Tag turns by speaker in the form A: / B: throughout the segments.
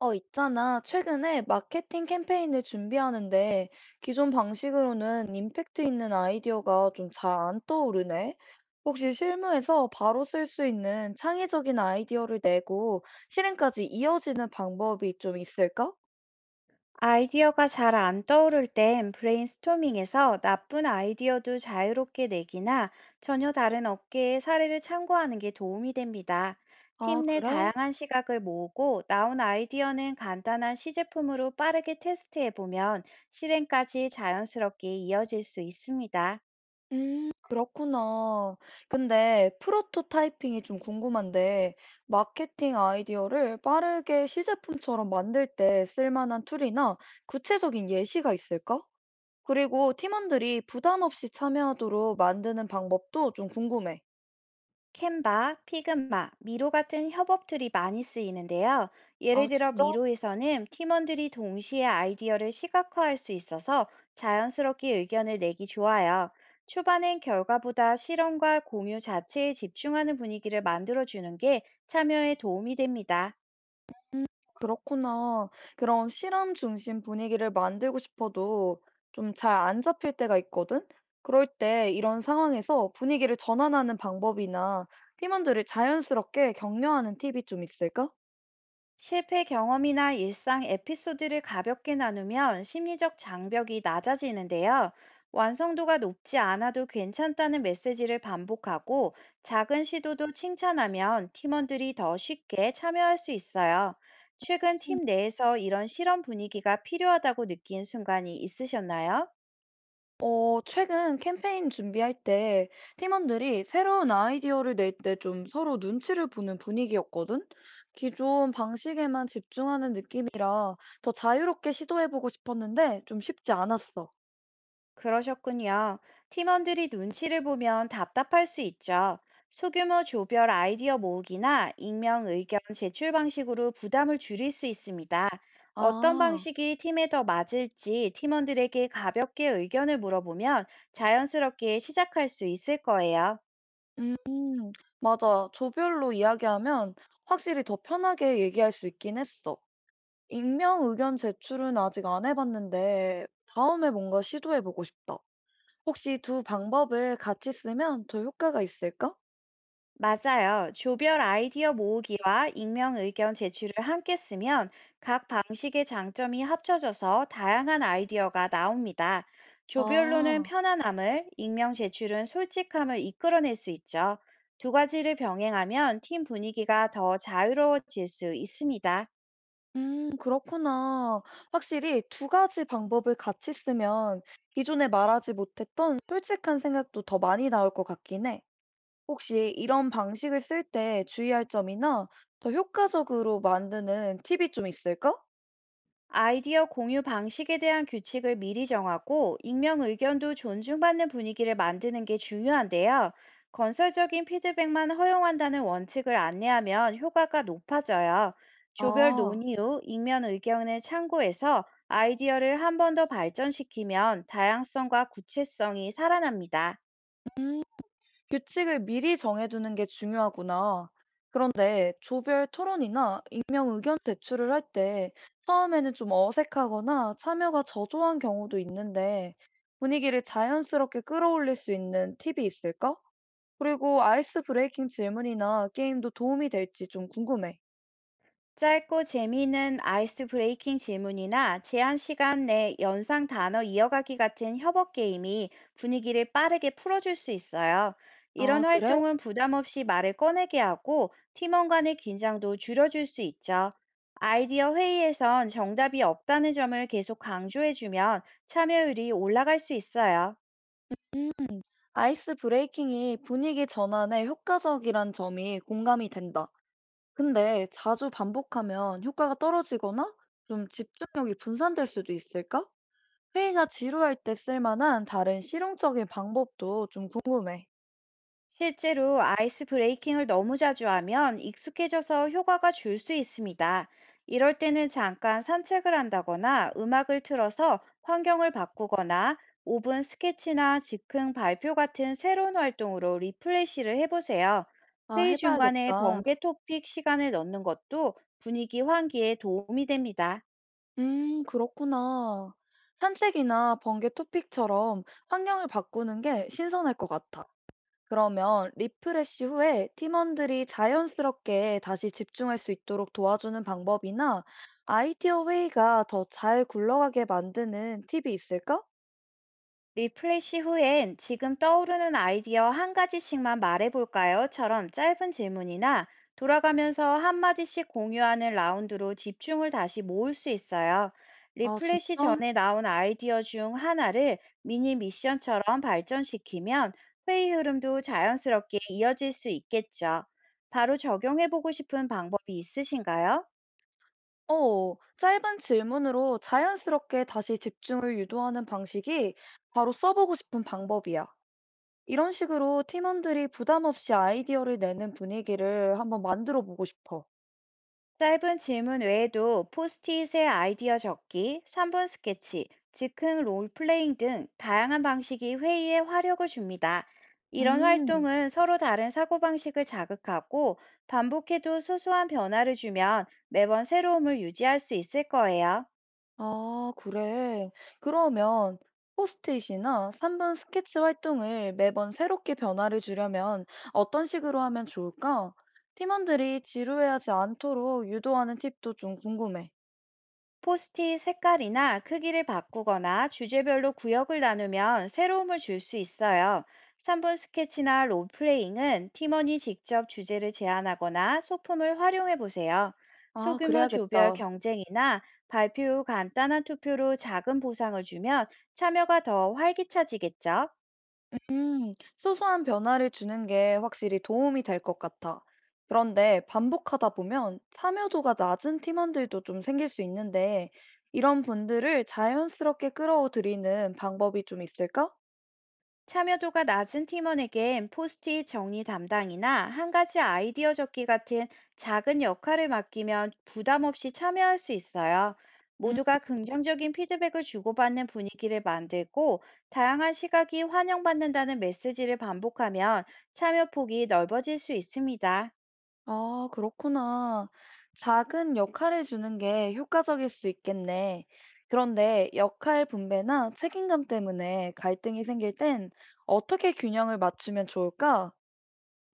A: 있잖아. 최근에 마케팅 캠페인을 준비하는데 기존 방식으로는 임팩트 있는 아이디어가 좀 잘 안 떠오르네. 혹시 실무에서 바로 쓸 수 있는 창의적인 아이디어를 내고 실행까지 이어지는 방법이 좀 있을까?
B: 아이디어가 잘 안 떠오를 땐 브레인스토밍에서 나쁜 아이디어도 자유롭게 내기나 전혀 다른 업계의 사례를 참고하는 게 도움이 됩니다.
A: 아,
B: 팀 내
A: 그래?
B: 다양한 시각을 모으고 나온 아이디어는 간단한 시제품으로 빠르게 테스트해 보면 실행까지 자연스럽게 이어질 수 있습니다.
A: 그렇구나. 근데 프로토타이핑이 좀 궁금한데 마케팅 아이디어를 빠르게 시제품처럼 만들 때 쓸만한 툴이나 구체적인 예시가 있을까? 그리고 팀원들이 부담 없이 참여하도록 만드는 방법도 좀 궁금해.
B: 캔바, 피그마, 미로 같은 협업 툴이 많이 쓰이는데요.
A: 아,
B: 예를 들어
A: 진짜?
B: 미로에서는 팀원들이 동시에 아이디어를 시각화할 수 있어서 자연스럽게 의견을 내기 좋아요. 초반엔 결과보다 실험과 공유 자체에 집중하는 분위기를 만들어주는 게 참여에 도움이 됩니다.
A: 그렇구나. 그럼 실험 중심 분위기를 만들고 싶어도 좀 잘 안 잡힐 때가 있거든? 그럴 때 이런 상황에서 분위기를 전환하는 방법이나 팀원들을 자연스럽게 격려하는 팁이 좀 있을까?
B: 실패 경험이나 일상 에피소드를 가볍게 나누면 심리적 장벽이 낮아지는데요. 완성도가 높지 않아도 괜찮다는 메시지를 반복하고 작은 시도도 칭찬하면 팀원들이 더 쉽게 참여할 수 있어요. 최근 팀 내에서 이런 실험 분위기가 필요하다고 느낀 순간이 있으셨나요?
A: 최근 캠페인 준비할 때 팀원들이 새로운 아이디어를 낼 때 좀 서로 눈치를 보는 분위기였거든? 기존 방식에만 집중하는 느낌이라 더 자유롭게 시도해보고 싶었는데 좀 쉽지 않았어.
B: 그러셨군요. 팀원들이 눈치를 보면 답답할 수 있죠. 소규모 조별 아이디어 모으기나 익명 의견 제출 방식으로 부담을 줄일 수 있습니다. 어떤
A: 아,
B: 방식이 팀에 더 맞을지 팀원들에게 가볍게 의견을 물어보면 자연스럽게 시작할 수 있을 거예요.
A: 음, 맞아. 조별로 이야기하면 확실히 더 편하게 얘기할 수 있긴 했어. 익명 의견 제출은 아직 안 해봤는데 다음에 뭔가 시도해보고 싶다. 혹시 두 방법을 같이 쓰면 더 효과가 있을까?
B: 맞아요. 조별 아이디어 모으기와 익명 의견 제출을 함께 쓰면 각 방식의 장점이 합쳐져서 다양한 아이디어가 나옵니다. 조별로는
A: 아.
B: 편안함을, 익명 제출은 솔직함을 이끌어낼 수 있죠. 두 가지를 병행하면 팀 분위기가 더 자유로워질 수 있습니다.
A: 음, 그렇구나. 확실히 두 가지 방법을 같이 쓰면 기존에 말하지 못했던 솔직한 생각도 더 많이 나올 것 같긴 해. 혹시 이런 방식을 쓸 때 주의할 점이나 더 효과적으로 만드는 팁이 좀 있을까?
B: 아이디어 공유 방식에 대한 규칙을 미리 정하고 익명 의견도 존중받는 분위기를 만드는 게 중요한데요. 건설적인 피드백만 허용한다는 원칙을 안내하면 효과가 높아져요. 조별
A: 아.
B: 논의 후 익명 의견을 참고해서 아이디어를 한 번 더 발전시키면 다양성과 구체성이 살아납니다.
A: 규칙을 미리 정해두는 게 중요하구나. 그런데 조별 토론이나 익명 의견 제출을 할 때 처음에는 좀 어색하거나 참여가 저조한 경우도 있는데 분위기를 자연스럽게 끌어올릴 수 있는 팁이 있을까? 그리고 아이스 브레이킹 질문이나 게임도 도움이 될지 좀 궁금해.
B: 짧고 재미있는 아이스 브레이킹 질문이나 제한 시간 내 연상 단어 이어가기 같은 협업 게임이 분위기를 빠르게 풀어줄 수 있어요. 이런
A: 아, 그래?
B: 활동은 부담 없이 말을 꺼내게 하고 팀원 간의 긴장도 줄여줄 수 있죠. 아이디어 회의에선 정답이 없다는 점을 계속 강조해주면 참여율이 올라갈 수 있어요.
A: 아이스 브레이킹이 분위기 전환에 효과적이란 점이 공감이 된다. 근데 자주 반복하면 효과가 떨어지거나 좀 집중력이 분산될 수도 있을까? 회의가 지루할 때 쓸만한 다른 실용적인 방법도 좀 궁금해.
B: 실제로 아이스 브레이킹을 너무 자주 하면 익숙해져서 효과가 줄 수 있습니다. 이럴 때는 잠깐 산책을 한다거나 음악을 틀어서 환경을 바꾸거나 5분 스케치나 즉흥 발표 같은 새로운 활동으로 리플레시를 해보세요.
A: 아,
B: 회의 중간에
A: 해봐야겠다.
B: 번개 토픽 시간을 넣는 것도 분위기 환기에 도움이 됩니다.
A: 그렇구나. 산책이나 번개 토픽처럼 환경을 바꾸는 게 신선할 것 같아. 그러면 리프레시 후에 팀원들이 자연스럽게 다시 집중할 수 있도록 도와주는 방법이나 아이디어 회의가 더 잘 굴러가게 만드는 팁이 있을까?
B: 리플레시 후엔 "지금 떠오르는 아이디어 한 가지씩만 말해볼까요?"처럼 짧은 질문이나 돌아가면서 한마디씩 공유하는 라운드로 집중을 다시 모을 수 있어요.
A: 아,
B: 리플레시
A: 진짜?
B: 전에 나온 아이디어 중 하나를 미니 미션처럼 발전시키면 회의 흐름도 자연스럽게 이어질 수 있겠죠. 바로 적용해보고 싶은 방법이 있으신가요?
A: 어. 짧은 질문으로 자연스럽게 다시 집중을 유도하는 방식이 바로 써보고 싶은 방법이야. 이런 식으로 팀원들이 부담 없이 아이디어를 내는 분위기를 한번 만들어 보고 싶어.
B: 짧은 질문 외에도 포스트잇에 아이디어 적기, 3분 스케치, 즉흥 롤플레잉 등 다양한 방식이 회의에 화력을 줍니다. 이런
A: 음,
B: 활동은 서로 다른 사고방식을 자극하고, 반복해도 소소한 변화를 주면 매번 새로움을 유지할 수 있을 거예요.
A: 아, 그래. 그러면 포스트잇이나 3분 스케치 활동을 매번 새롭게 변화를 주려면 어떤 식으로 하면 좋을까? 팀원들이 지루해하지 않도록 유도하는 팁도 좀 궁금해.
B: 포스트잇 색깔이나 크기를 바꾸거나 주제별로 구역을 나누면 새로움을 줄 수 있어요. 3분 스케치나 롤플레잉은 팀원이 직접 주제를 제안하거나 소품을 활용해 보세요.
A: 아,
B: 소규모 조별
A: 그래야겠다.
B: 경쟁이나 발표 후 간단한 투표로 작은 보상을 주면 참여가 더 활기차지겠죠.
A: 소소한 변화를 주는 게 확실히 도움이 될 것 같아. 그런데 반복하다 보면 참여도가 낮은 팀원들도 좀 생길 수 있는데, 이런 분들을 자연스럽게 끌어들이는 방법이 좀 있을까?
B: 참여도가 낮은 팀원에겐 포스트잇 정리 담당이나 한 가지 아이디어 적기 같은 작은 역할을 맡기면 부담 없이 참여할 수 있어요.
A: 음,
B: 모두가 긍정적인 피드백을 주고받는 분위기를 만들고 다양한 시각이 환영받는다는 메시지를 반복하면 참여 폭이 넓어질 수 있습니다.
A: 아, 그렇구나. 작은 역할을 주는 게 효과적일 수 있겠네. 그런데 역할 분배나 책임감 때문에 갈등이 생길 땐 어떻게 균형을 맞추면 좋을까?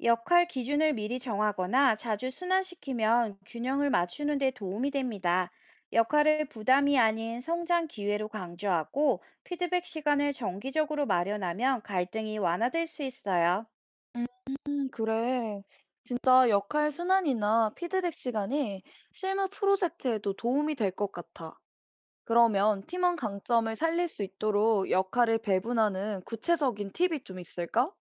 B: 역할 기준을 미리 정하거나 자주 순환시키면 균형을 맞추는 데 도움이 됩니다. 역할을 부담이 아닌 성장 기회로 강조하고 피드백 시간을 정기적으로 마련하면 갈등이 완화될 수 있어요.
A: 음. 그래. 진짜 역할 순환이나 피드백 시간이 실무 프로젝트에도 도움이 될 것 같아. 그러면 팀원 강점을 살릴 수 있도록 역할을 배분하는 구체적인 팁이 좀 있을까?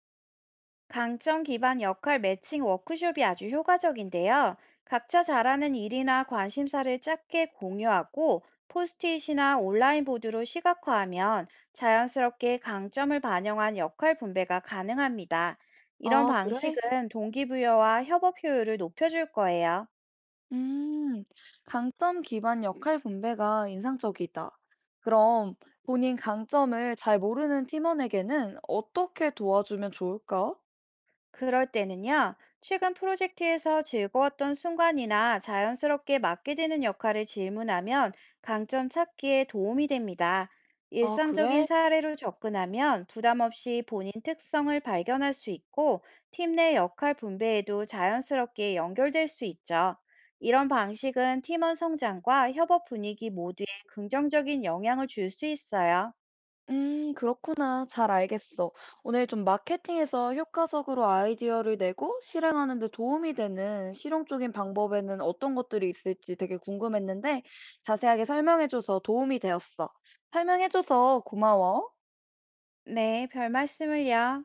B: 강점 기반 역할 매칭 워크숍이 아주 효과적인데요. 각자 잘하는 일이나 관심사를 짧게 공유하고 포스트잇이나 온라인 보드로 시각화하면 자연스럽게 강점을 반영한 역할 분배가 가능합니다. 이런
A: 아, 그래?
B: 방식은 동기부여와 협업 효율을 높여줄 거예요.
A: 음, 강점 기반 역할 분배가 인상적이다. 그럼 본인 강점을 잘 모르는 팀원에게는 어떻게 도와주면 좋을까?
B: 그럴 때는요, 최근 프로젝트에서 즐거웠던 순간이나 자연스럽게 맡게 되는 역할을 질문하면 강점 찾기에 도움이 됩니다.
A: 아,
B: 일상적인
A: 그래?
B: 사례로 접근하면 부담 없이 본인 특성을 발견할 수 있고 팀 내 역할 분배에도 자연스럽게 연결될 수 있죠. 이런 방식은 팀원 성장과 협업 분위기 모두에 긍정적인 영향을 줄 수 있어요.
A: 그렇구나. 잘 알겠어. 오늘 좀 마케팅에서 효과적으로 아이디어를 내고 실행하는 데 도움이 되는 실용적인 방법에는 어떤 것들이 있을지 되게 궁금했는데 자세하게 설명해줘서 도움이 되었어. 설명해줘서 고마워.
B: 네, 별 말씀을요.